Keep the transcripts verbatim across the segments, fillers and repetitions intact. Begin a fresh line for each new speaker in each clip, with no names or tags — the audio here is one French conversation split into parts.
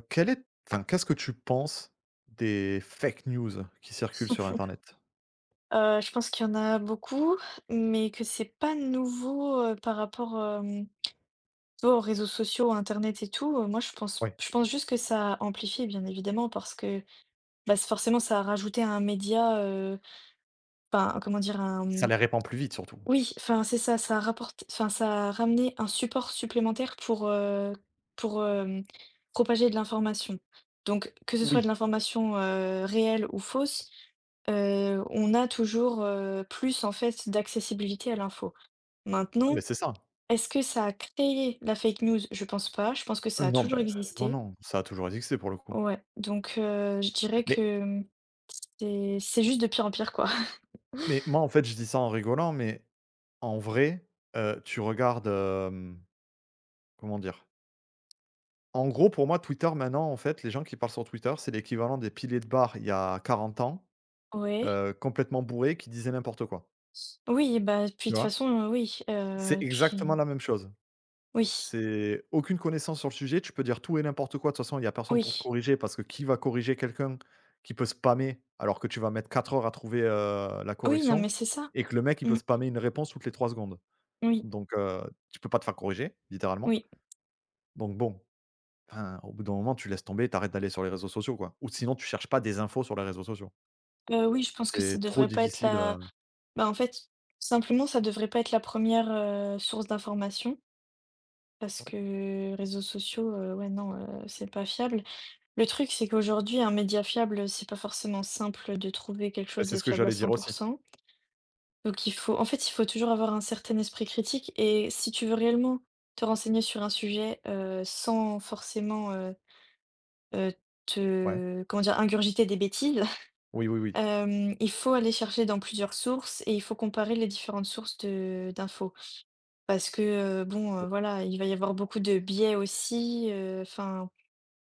Quel est Enfin, qu'est-ce que tu penses des fake news qui circulent sur internet?
Heu, je pense qu'il y en a beaucoup, mais que c'est pas nouveau, heu, par rapport, hem, tu vois, aux réseaux sociaux, à internet et tout, heu, moi je pense
Ouais,
je pense juste que ça a amplifié bien évidemment parce que, bah, c forcément ça a rajouté un média, heu, enfin comment dire? Un,
ça
mmh,
les répand plus vite surtout.
oui, enfin c'est ça, ça a rapporté enfin ça a ramené un support supplémentaire pour, heu, pour, hem, propager de l'information. Donc que ce soit
Oui,
de l'information, heu, réelle ou fausse. Heu, on a toujours, heu, plus en fait d'accessibilité à l'info.
ah
Maintenant,
mais c'est ça.
est-ce que ça a créé la fake news? Je pense pas, je pense que
Heu,
ça a
non,
toujours
bah, non,
existé.
non, ça a toujours existé pour le coup.
Ouais, donc heu, je dirais
Mais
que, mmh, c'est c'est juste de pire en pire, quoi.
mais moi, en fait, je dis ça en rigolant, mais en vrai, heu, tu regardes, hem, comment dire? En gros, pour moi, Twitter, maintenant, en fait, les gens qui parlent sur Twitter, c'est l'équivalent des piliers de bar il y a quarante ans,
Ouais.
heu, complètement bourrés, qui disaient n'importe quoi,
Oui, bah, puis de
tu
toute
vois?
façon, heu, oui,
C'est
heu,
exactement
puis
la même chose.
oui,
C'est aucune connaissance sur le sujet, tu peux dire tout et n'importe quoi, de toute façon, il y a personne pour te
oui,
corriger parce que qui va corriger quelqu'un qui peut spammer alors que tu vas mettre quatre heures à trouver, heu, la
oui, non, mais
correction
c'est ça.
et que le mec, il peut
Mmh,
spammer une réponse toutes les trois secondes.
oui,
Donc heu, tu peux pas te faire corriger, littéralement.
oui.
Donc bon, enfin, au bout d'un moment, tu laisses tomber, t'arrêtes d'aller sur les réseaux sociaux, quoi. Ou sinon, tu cherches pas des infos sur les réseaux sociaux.
Heu, oui, je pense que ça
C'est trop
devrait pas être
difficile,
la,
heu,
bah, en fait, simplement, ça devrait pas être la première re source d'information. Parce
ouais.
que réseaux sociaux, heu, ouais, non, heu, c'est pas fiable. Le truc, c'est qu'aujourd'hui, un média fiable, c'est pas forcément simple de trouver quelque
Bah,
chose
c'est
de
ce que
fiable à
j'allais
cent
dire
pour
aussi.
cent. Donc il faut en fait, il faut toujours avoir un certain esprit critique et si tu veux réellement te renseigner sur un sujet, heu, sans forcément, heu heu,
Ouais.
te comment dire? Ingurgiter des bêtises,
Oui, oui, oui.
hem, il faut aller chercher dans plusieurs sources et il faut comparer les différentes sources de d'infos. Parce que, heu, bon, heu, voilà, il va y avoir beaucoup de biais aussi, euh, enfin.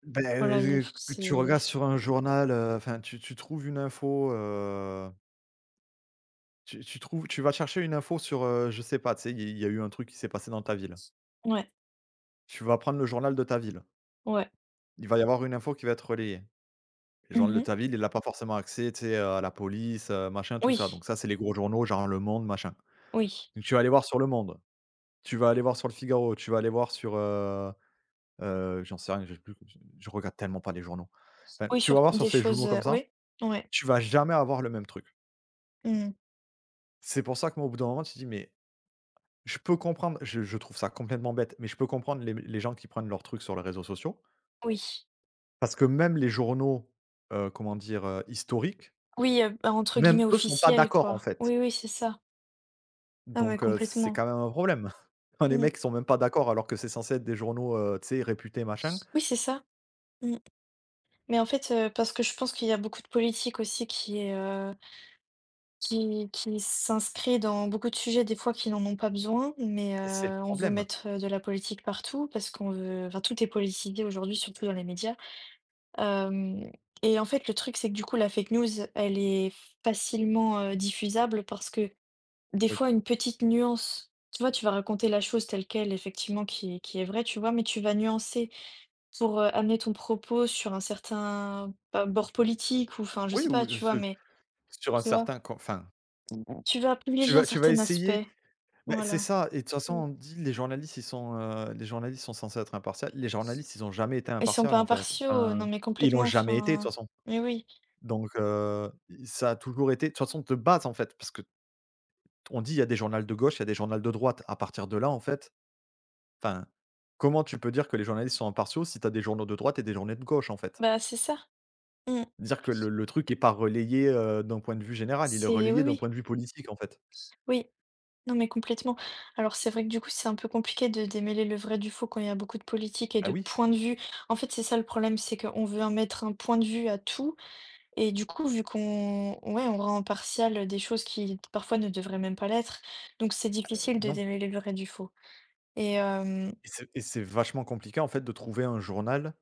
Ben,
Voilà, il y a
heu, que tu
c'est,
regardes sur un journal, heu, enfin, tu tu trouves une info, heu, tu tu trouves tu vas chercher une info sur, heu, je sais pas, tu sais, il y il y a eu un truc qui s'est passé dans ta ville.
ouais,
Tu vas prendre le journal de ta ville.
ouais.
Il va y avoir une info qui va être relayée. Le journal de
Mmh.
ta ville, il a pas forcément accès, tu sais, euh, à la police, heu, machin, tout ça.
Oui,
Donc ça, c'est les gros journaux, genre Le Monde, machin.
oui.
Donc tu vas aller voir sur Le Monde, tu vas aller voir sur Le Figaro, tu vas aller voir sur, heu heu, j'en sais rien, je sais plus, je regarde tellement pas les journaux. Enfin,
Oui,
tu
sur
vas voir sur
des
ces
choses,
journaux
heu,
comme ça,
oui, ouais.
tu vas jamais avoir le même truc.
Mmh.
C'est pour ça que moi, au bout d'un moment, tu te dis: «Mais je peux comprendre», je je trouve ça complètement bête, mais je peux comprendre les les gens qui prennent leurs trucs sur les réseaux sociaux,
Oui.
parce que même les journaux, heu, comment dire? Heu, historiques,
Oui, heu, bah, entre
même
guillemets
eux sont pas
«officielles»
d'accord, en
quoi.
fait.
Oui, oui, c'est ça. Ah mais
Donc heu, c'est
complètement.
quand même un problème. Quand les
Mmh.
mecs sont même pas d'accord alors que c'est censé être des journaux, heu, tu sais, réputés, machin,
Oui, c'est ça. Mmh. Mais en fait, heu, parce que je pense qu'il y a beaucoup de politique aussi qui est, heu, qui qui s'inscrit dans beaucoup de sujets des fois qui n'en ont pas besoin, mais
c'est le
heu, on veut
problème.
mettre, heu, de la politique partout parce qu'on veut enfin tout est politisé aujourd'hui, surtout dans les médias. Hem et en fait, le truc, c'est que du coup, la fake news, elle est facilement, heu, diffusable parce que des
Oui.
fois, une petite nuance, tu vois, tu vas raconter la chose telle quelle, effectivement, qui est qui est vraie, tu vois? Mais tu vas nuancer pour, heu, amener ton propos sur un certain, bah, bord politique ou enfin, je
Oui,
sais pas,
ou
tu vois?
ce
Mais
sur un
tu vois?
certain con enfin,
Tu vas
tu
privilégier un
vas tu vas
certain
essayer.
aspect,
Beh, c'est
voilà.
ça et de toute façon,
Mmh.
on dit les journalistes, ils sont, heu, les journalistes sont censés être impartial. Les journalistes, ils ont jamais été
Ils sont
impartial,
pas
en fait.
impartiaux,
Enfin,
non mais
ils l'ont
complètement,
jamais été, de
enfin
toute façon.
mais oui,
Donc heu, ça a toujours été de toute façon, de base, en fait, parce que on dit: «Il y a des journaux de gauche, il y a des journaux de droite». À partir de là, en fait, enfin, comment tu peux dire que les journalistes sont impartiaux si tu as des journaux de droite et des journaux de gauche, en fait?
bah, c'est ça. Mmh.
Dire que le le truc n'est pas relayé, heu, d'un point de vue général, il est
C'est oui,
relayé d'un
oui,
point de vue politique, en fait.
oui. Non, mais complètement. Alors, c'est vrai que du coup, c'est un peu compliqué de démêler le vrai du faux quand il y a beaucoup de politique et
Ah
de
oui,
points de vue. En fait, c'est ça le problème, c'est qu'on veut en mettre un point de vue à tout. Et du coup, vu qu'on ouais, on rend partial des choses qui parfois ne devraient même pas l'être. Donc, c'est
heu,
difficile de
non
démêler le vrai du faux. Et euh,
et c'est et c'est vachement compliqué, en fait, de trouver un journal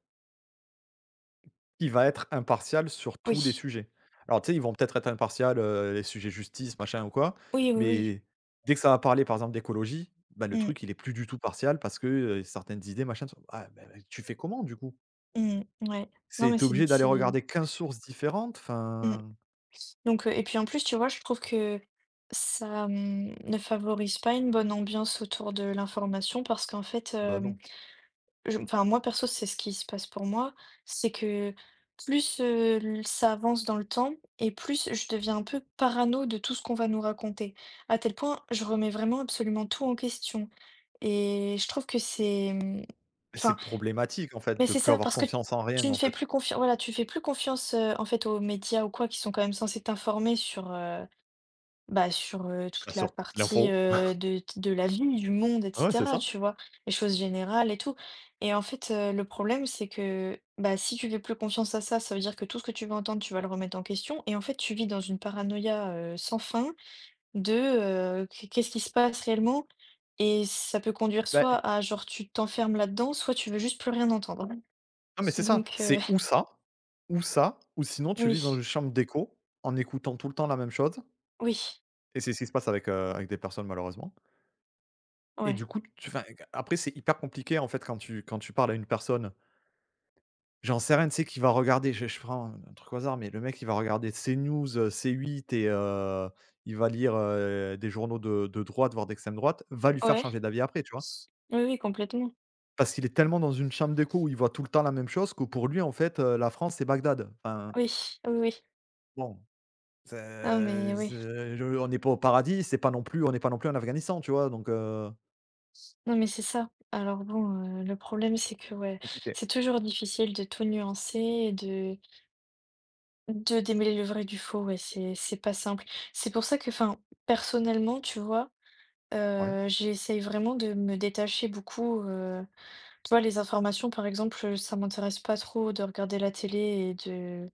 qui va être impartial sur tous les
oui,
sujets. Alors tu sais, ils vont peut-être être impartial, heu, les sujets justice, machin ou quoi,
oui, oui, oui.
mais dès que ça va parler par exemple d'écologie, bah, le
Mm,
truc il est plus du tout partial parce que, heu, certaines idées machin sont ah bah, bah, tu fais comment du coup?
mm, ouais. Non, mais
C'est tu
c'est.
obligé d'aller
c'est-
regarder quinze sources différentes,
mm.
enfin.
Donc, heu et puis en plus, tu vois, je trouve que ça, mmh, ne favorise pas une bonne ambiance autour de l'information parce qu'en fait,
Bah,
hem,
non.
je enfin moi perso, c'est ce qui se passe pour moi, c'est que plus, heu, l ça avance dans le temps et plus je deviens un peu parano de tout ce qu'on va nous raconter. À tel point, je remets vraiment absolument tout en question et je trouve que c'est, mmh,
Mais
enfin
c'est problématique en fait
mais
de
c'est
plus
ça,
avoir
parce que
confiance en
tu
rien
ne
en
fais
fait.
plus confian voilà, tu fais plus confiance, heu, en fait, aux médias ou quoi, qui sont quand même censés t'informer sur, heu, bah, sur, heu,
Bah,
toute la
sur
partie,
l'info.
heu, de de la vie, du monde et
Ouais, c'est
cetera,
ça.
tu vois? Les choses générales et tout et en fait, heu, le problème, c'est que, bah, si tu fais plus confiance à ça, ça veut dire que tout ce que tu vas entendre, tu vas le remettre en question et en fait, tu vis dans une paranoïa, heu, sans fin de, heu, qu qu'est-ce qui se passe réellement et ça peut conduire
Bah,
soit à genre, tu t'enfermes là-dedans, soit tu veux juste plus rien entendre.
non mais c'est ça,
Donc heu,
c'est ou ça, ou ça, ou sinon tu vis dans
oui,
une chambre d'écho en écoutant tout le temps la même chose.
oui,
Et c'est ce qui se passe avec, heu, avec des personnes malheureusement. Et
ouais,
du coup, tu enfin, après c'est hyper compliqué en fait quand tu quand tu parles à une personne, j'en sais rien, tu sais, qui va regarder, je je prends un un truc au hasard, mais le mec il va regarder CNews, heu, c huit et heu, il va lire, heu, des journaux de de droite, voire d'extrême droite, va lui faire
ouais,
changer d'avis après, tu vois?
oui, oui, complètement.
Parce qu'il est tellement dans une chambre d'écho où il voit tout le temps la même chose que pour lui en fait, heu, la France c'est Bagdad. Enfin,
Oui, oui, oui.
bon,
Non mais
c'est
oui,
c'est je on n'est pas au paradis, c'est pas non plus on n'est pas non plus en Afghanistan, tu vois? Donc heu,
non mais c'est ça. Alors bon, heu, le problème c'est que ouais,
compliqué.
c'est toujours difficile de tout nuancer et de de démêler le vrai du faux, ouais, c'est c'est pas simple. C'est pour ça que enfin, personnellement, tu vois,
Ouais.
heu, j'essaye vraiment de me détacher beaucoup, heu, tu vois, les informations par exemple, euh, ça m'intéresse pas trop de regarder la télé et de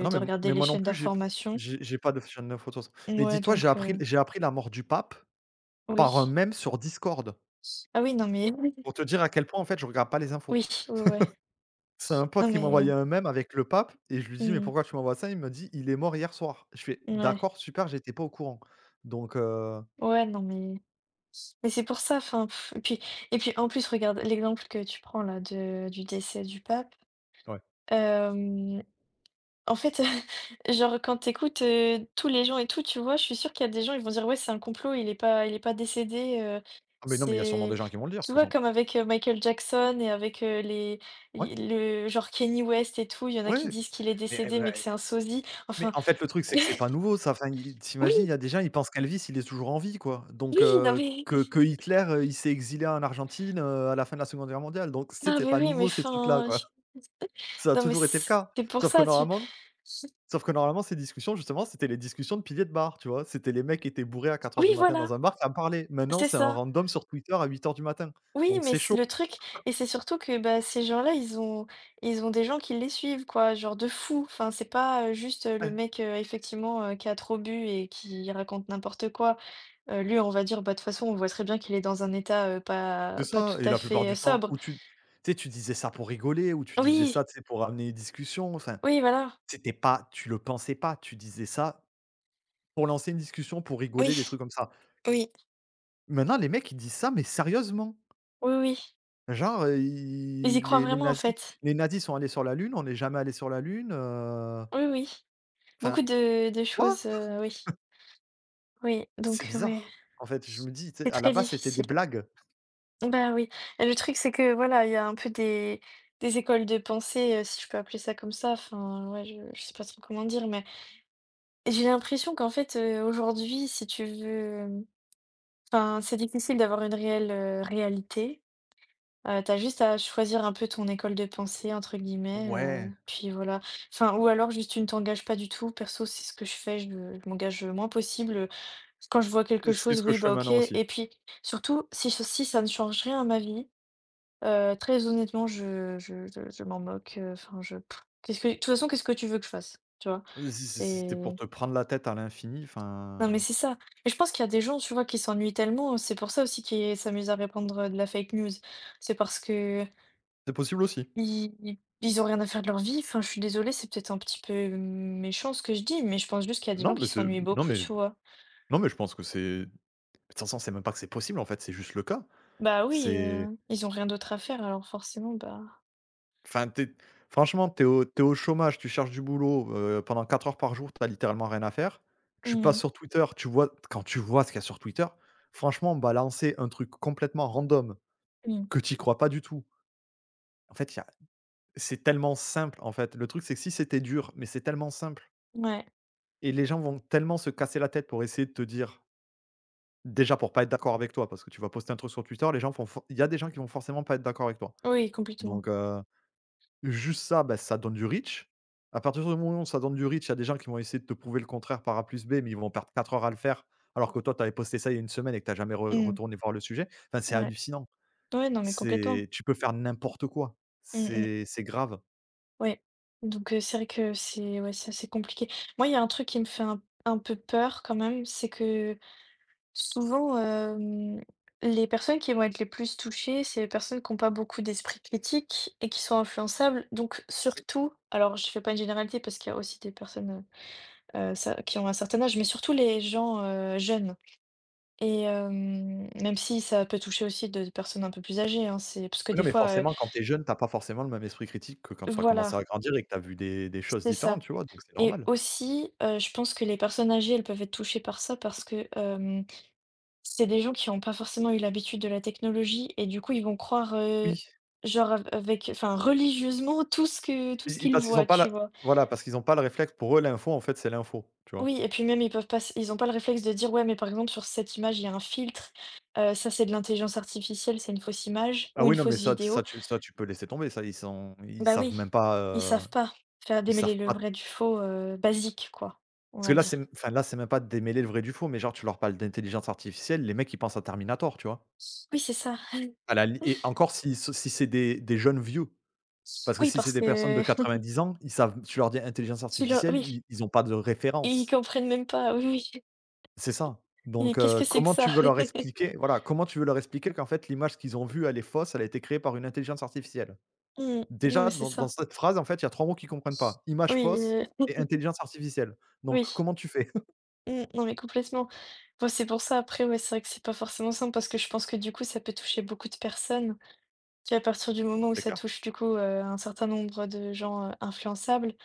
Ah non, mais
de
m
regarder
mais
les
moi non
chaînes
plus, j'ai
d'information.
j'ai j'ai pas de chaîne d'infos de toute. Mais
Ouais,
dis-toi, j'ai
donc,
appris
heu
j'ai appris la mort du pape
oui.
par un mème sur Discord.
Ah oui, non mais oui,
Pour te dire à quel point, en fait, je regarde pas les infos.
oui, ouais, ouais.
C'est un
Non
pote qui m'a
mais
envoyé un mème avec le pape et je lui dis: «Mais
mmh,
pourquoi tu m'envoies ça?» Il me dit: «Il est mort hier soir». Je fais:
ouais.
«D'accord, super, j'étais pas au courant». Donc heu,
Ouais, non mais mais c'est pour ça, enfin pff, et puis et puis en plus regarde l'exemple que tu prends là de du décès du pape,
ouais.
hem, en fait, genre quand t'écoutes écoutes, tous les gens et tout, tu vois? Je suis sûre qu'il y a des gens, ils vont dire: «Ouais, c'est un complot, il est pas il est pas décédé, heu,
Ah mais non, mais il y a sûrement
c'est»
des gens qui vont le dire de
tu
toute
vois?
façon.
Comme avec, heu, Michael Jackson et avec, heu, les
Ouais,
le genre Kanye West et tout, il y en a qui
ouais.
disent qu'il est
Mais
décédé mais
bah
que c'est un sosie,
Mais
enfin.
en fait, le truc, c'est que c'est pas nouveau ça. Enfin, i tu
Oui,
il y a des gens, ils pensent qu'Elvis, il est toujours en vie, quoi. Donc
oui, non
heu,
mais
que que Hitler, heu, il s'est exilé en Argentine, heu, à la fin de la Seconde Guerre mondiale. Donc
non
c'était
mais
pas
oui, mais
nouveau ces trucs-là,
enfin,
quoi.
je
Ça a
non mais
toujours été le cas.
c'est pour
Sauf que
ça, tu
normalement Sauf que normalement, ces discussions, justement, c'était les discussions de piliers de bar, tu vois? C'était les mecs qui étaient bourrés à quatre heures du
oui,
matin dans
voilà,
un bar qui en parlaient. Maintenant,
c'est
c'est un
ça.
random sur Twitter à huit heures du matin.
Oui,
Donc
mais
c'est chaud.
c le truc et c'est surtout que, bah, ces gens-là, ils ont ils ont des gens qui les suivent quoi, genre de fou. Enfin, c'est pas, heu, juste, heu, le
Ouais,
mec, heu, effectivement, heu, qui a trop bu et qui raconte n'importe quoi. Heu, lui, on va dire, bah, de toute façon, on voit très bien qu'il est dans un état, heu, pas
c'est
pas tout
ça et
à
la plupart
fait, heu,
du temps,
sobre.
où tu tu sais, tu disais ça pour rigoler ou tu disais
Oui,
ça, tu sais, pour amener une discussion, enfin.
oui, voilà.
C'était pas Tu le pensais pas, tu disais ça pour lancer une discussion, pour rigoler, des
Oui,
trucs comme ça.
oui,
Maintenant, les mecs, ils disent ça, mais sérieusement.
oui, oui.
Genre, heu,
Ils y
i
croient
les les
vraiment, en
nazis
fait.
les nazis sont allés sur la lune, on n'est jamais allé sur la lune, heu,
Oui, oui. Beaucoup
enfin,
de de
quoi?
choses, heu, oui. Oui,
C'est
donc, heu, ouais.
bizarre. En fait, je me dis, tu sais,
C'est
à la
très
base, c'était des
difficile.
blagues.
Bah, oui. Et le truc, c'est que, voilà, il y a un peu des des écoles de pensée, heu, si je peux appeler ça comme ça. Enfin, ouais, je je sais pas trop comment dire, mais j'ai l'impression qu'en fait, heu, aujourd'hui, si tu veux, hem, enfin, c'est difficile d'avoir une réelle, heu, réalité. Heu, tu juste à choisir un peu ton «école de pensée» entre guillemets, heu,
Ouais,
puis voilà. Enfin ou alors juste tu ne t'engages pas du tout. Perso, c'est ce que je fais, je me je m'engage le moins possible, quand je vois quelque
c'est ce
chose,
que
oui,
je fais
bah, OK
maintenant aussi.
et puis surtout si ce si ça ne change rien à ma vie, heu, très honnêtement, je je je je m'en moque, heu, enfin je pff, qu'est-ce que de toute façon, qu'est-ce que tu veux que je fasse? Tu vois?
C'est c'est c'était pour
C'est
te prendre la tête à l'infini,
non, mais
enfin,
c'est ça et je pense qu'il y a des gens, tu vois, qui s'ennuient tellement, c'est pour ça aussi qu'ils s'amusent à répandre, euh, de la fake news. C'est parce que
c'est possible aussi.
Ils ils ont rien à faire de leur vie. Enfin, je suis désolée, c'est peut-être un petit peu méchant ce que je dis, mais je pense juste qu'il y a des gens
Non,
qui
mais c'est
s'ennuient
non,
beaucoup,
mais
tu vois?
non, mais je pense que c'est de toute façon, c'est même pas que c'est possible, en fait, c'est juste le cas.
Bah oui,
C'est
heu, ils ont rien d'autre à faire, alors forcément, bah,
Enfin, tu franchement, t'es au tu au chômage, tu cherches du boulot, heu, pendant quatre heures par jour, t'as littéralement rien à faire. Tu passes
mmh
sur Twitter, tu vois quand tu vois ce qu'il y a sur Twitter, franchement, balancer un truc complètement random
mh,
que t'y crois pas du tout. En fait, il y a c'est tellement simple, en fait. Le truc, c'est que si c'était dur, mais c'est tellement simple
mmh, ouais.
et les gens vont tellement se casser la tête pour essayer de te dire déjà pour pas être d'accord avec toi, parce que tu vas poster un truc sur Twitter, les gens font. For Il y a des gens qui vont forcément pas être d'accord avec toi.
Oui, complètement.
Donc euh, juste ça, bah, ça donne du reach. À partir du moment où ça donne du reach, il y a des gens qui vont essayer de te prouver le contraire par A plus B, mais ils vont perdre quatre heures à le faire, alors que toi, tu avais posté ça il y a une semaine et que tu as jamais re
Mmh,
retourné voir le sujet. Enfin, c'est
ouais.
hallucinant.
Ouais, non, mais complètement.
C'est Tu peux faire n'importe quoi.
Mmh mh,
C'est c'est grave.
ouais. Donc, heu, c'est vrai que c'est ouais, c'est assez compliqué. Moi, il y a un truc qui me fait un un peu peur quand même, c'est que souvent, hem, les personnes qui vont être les plus touchées, c'est les personnes qui n'ont pas beaucoup d'esprit critique et qui sont influençables. Donc surtout, alors je fais pas une généralité parce qu'il y a aussi des personnes, heu ça qui ont un certain âge, mais surtout les gens, heu, jeunes et hem, même si ça peut toucher aussi des personnes un peu plus âgées, hein, c'est parce que
Oui,
des
non, mais
fois, heu
forcément, quand tu es jeune, tu pas forcément le même esprit critique que quand tu as commencé
voilà,
à grandir et que tu as vu des des choses
c'est ça
différentes, tu vois? Donc c'est
et
normal.
aussi, heu, je pense que les personnes âgées, elles peuvent être touchées par ça parce que, c'est des gens qui n'ont pas forcément eu l'habitude de la technologie et du coup, ils vont croire, heu,
Oui,
genre av avec enfin religieusement tout ce que tout ce
i i
qu'ils
parce qu'ils ont
voient,
pas
tu
la
vois?
voilà, parce qu'ils ont pas le réflexe. Pour eux, l'info, en fait, c'est l'info, tu vois?
Oui et puis même ils peuvent pas s ils ont pas le réflexe de dire: «Ouais mais par exemple sur cette image il y a un filtre, heu, ça c'est de l'intelligence artificielle, c'est une fausse image
Ah
ou une
oui, non,
fausse
mais ça,
vidéo».
ça tu ça tu peux laisser tomber, ça, ils sont ils
Bah
savent
oui,
même pas,
ils
heu,
savent pas faire
ils
démêler
savent
le
pas
vrai du faux, heu, basique quoi, on
parce que
va
là,
dire.
c'est enfin, là, c'est même pas de démêler le vrai du faux, mais genre, tu leur parles d'intelligence artificielle, les mecs, ils pensent à Terminator, tu vois?
Oui, c'est ça.
À la li Et encore si ce si c'est des des jeunes vieux, parce que
Oui
si
parce
c'est des personnes de
que
quatre-vingt-dix ans, ils savent tu leur dis intelligence
tu leur
artificielle,
oui,
ils ils ont pas de
ils
référence.
comprennent même pas, oui, oui.
C'est ça.
Mais
Donc
qu'est-ce
heu,
que c'est que
comment
ça?
tu veux leur expliquer voilà, comment tu veux leur expliquer qu'en fait, l'image qu'ils ont vue, elle est fausse, elle a été créée par une intelligence artificielle?
Mmh. Non, mais
Déjà,
c'est
dans dans
ça.
cette phrase, en fait, il y a trois mots qu'ils comprennent pas: «image
Oui,
fausse»
heu,
et «intelligence artificielle». Donc
oui.
comment tu fais?
Mmh. Non, mais complètement. Bah, c'est pour ça après, ouais, c'est vrai que c'est pas forcément simple parce que je pense que du coup, ça peut toucher beaucoup de personnes. Qu'à partir du moment où
C'est
ça
clair.
touche du coup, heu, un certain nombre de gens, heu, influençables,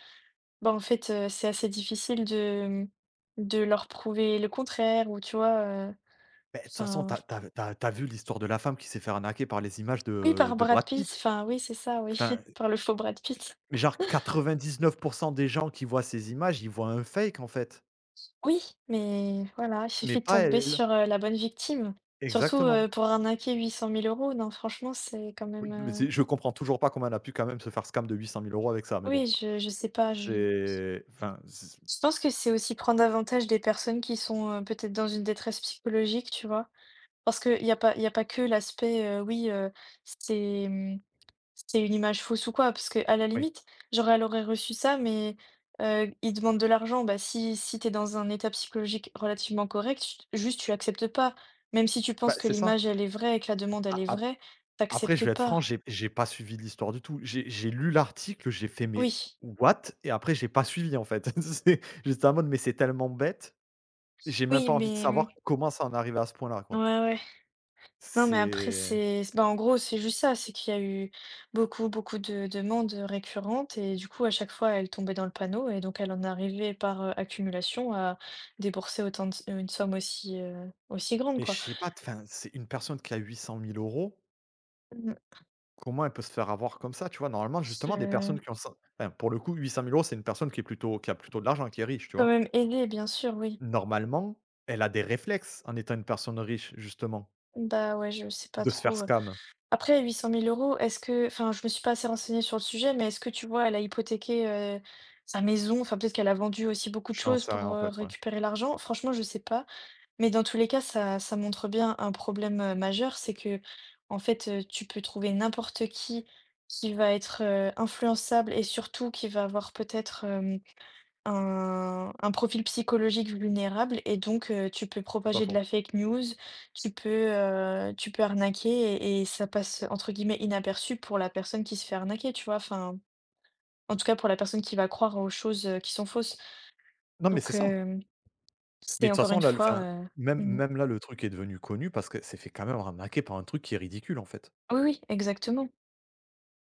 bah, en fait, heu, c'est assez difficile de, mmh, de leur prouver le contraire ou tu vois, heu,
Beh, de toute façon,
enfin
t'as as tu as vu l'histoire de la femme qui s'est fait arnaquer par les images
oui,
de
par
de
Brad
Brad
Pitt,
Pitt?
enfin oui, c'est ça, oui,
Enfin,
par le faux Brad Pitt.
mais genre quatre-vingt-dix-neuf des gens qui voient ces images, ils voient un fake, en fait,
Oui, mais voilà, il
mais
suffit de
pas
tomber
elle.
sur, heu, la bonne victime. Surtout,
Exactement.
heu, pour arnaquer huit cent mille euros, non franchement c'est quand même,
Oui, mais
heu,
c'est je comprends toujours pas comment elle a pu quand même se faire scam de huit cent mille euros avec ça, mais
oui,
bon.
je je sais pas, je
C'est Enfin, c
je pense que c'est aussi prendre avantage des personnes qui sont, heu, peut-être dans une détresse psychologique, tu vois? Parce qu'il y a pas il y a pas que l'aspect, heu, oui, heu, c'est. mmh C'était une image fausse ou quoi? Parce que à la
oui,
limite, genre, elle aurait reçu ça, mais heu, ils demandent de l'argent. Bah, si si t'es dans un état psychologique relativement correct, ch juste tu acceptes pas. Même si tu
bah,
penses que
c'est ça.
l'image, elle est vraie et que la demande, elle est
A
vraie,
Après, je
t'acceptes
vais être franc,
pas.
j'ai j'ai pas suivi l'histoire du tout. J'ai j'ai lu l'article, j'ai fait: «Mais
Oui,
what?» Et après j'ai pas suivi en fait. C'est J'étais en mode: «Mais c'est tellement bête, j'ai même
oui,
pas envie de savoir
mais
comment ça en est arrivé à ce point-là,
mmh,
quoi».
ouais, ouais. Non, mais après,
C'est
c'est c'est bah, en gros, c'est juste ça, c'est qu'il y a eu beaucoup, beaucoup de demandes récurrentes et du coup, à chaque fois, elle tombait dans le panneau et donc elle en arrivait par euh, accumulation à débourser autant de une somme aussi, euh, aussi grande,
Mais je
quoi.
sais pas, enfin, c'est une personne qui a huit cent mille euros.
Mm.
Comment elle peut se faire avoir comme ça, tu vois? Normalement, justement, des
Je-
personnes qui ont ça enfin, pour le coup, huit cent mille euros, c'est une personne qui est plutôt qui a plutôt de l'argent, qui est riche, tu
Quand
vois?
même aider, bien sûr, oui.
Normalement, elle a des réflexes en étant une personne riche, justement,
Bah ouais, je sais pas
de se faire
trop. euh.
scam.
Après, huit cent mille euros, est-ce que, enfin, je me suis pas assez renseignée sur le sujet, mais est-ce que tu vois, elle a hypothéqué euh, sa maison, enfin, peut-être qu'elle a vendu aussi beaucoup de
J'en
choses
sais rien
pour
en
euh,
fait, ouais,
récupérer l'argent. Franchement, je sais pas. Mais dans tous les cas, ça ça montre bien un problème, heu, majeur, c'est que en fait, heu, tu peux trouver n'importe qui, qui va être, heu, influençable et surtout qui va avoir peut-être, hem, un un profil psychologique vulnérable et donc heu, tu peux
c'est pas
propager de la
faux.
fake news, tu peux, heu, tu peux arnaquer et et ça passe, entre guillemets, «inaperçu» pour la personne qui se fait arnaquer, tu vois? Enfin, en tout cas pour la personne qui va croire aux choses, heu, qui sont fausses.
Non, mais c'est
Donc
ça.
hem,
Mais
c'est
de toute
encore
façon,
une
là, le
fois,
enfin,
heu
même
mmh.
même là, le truc est devenu connu parce que c'est fait quand même arnaquer par un truc qui est ridicule, en fait.
Oui, oui, exactement.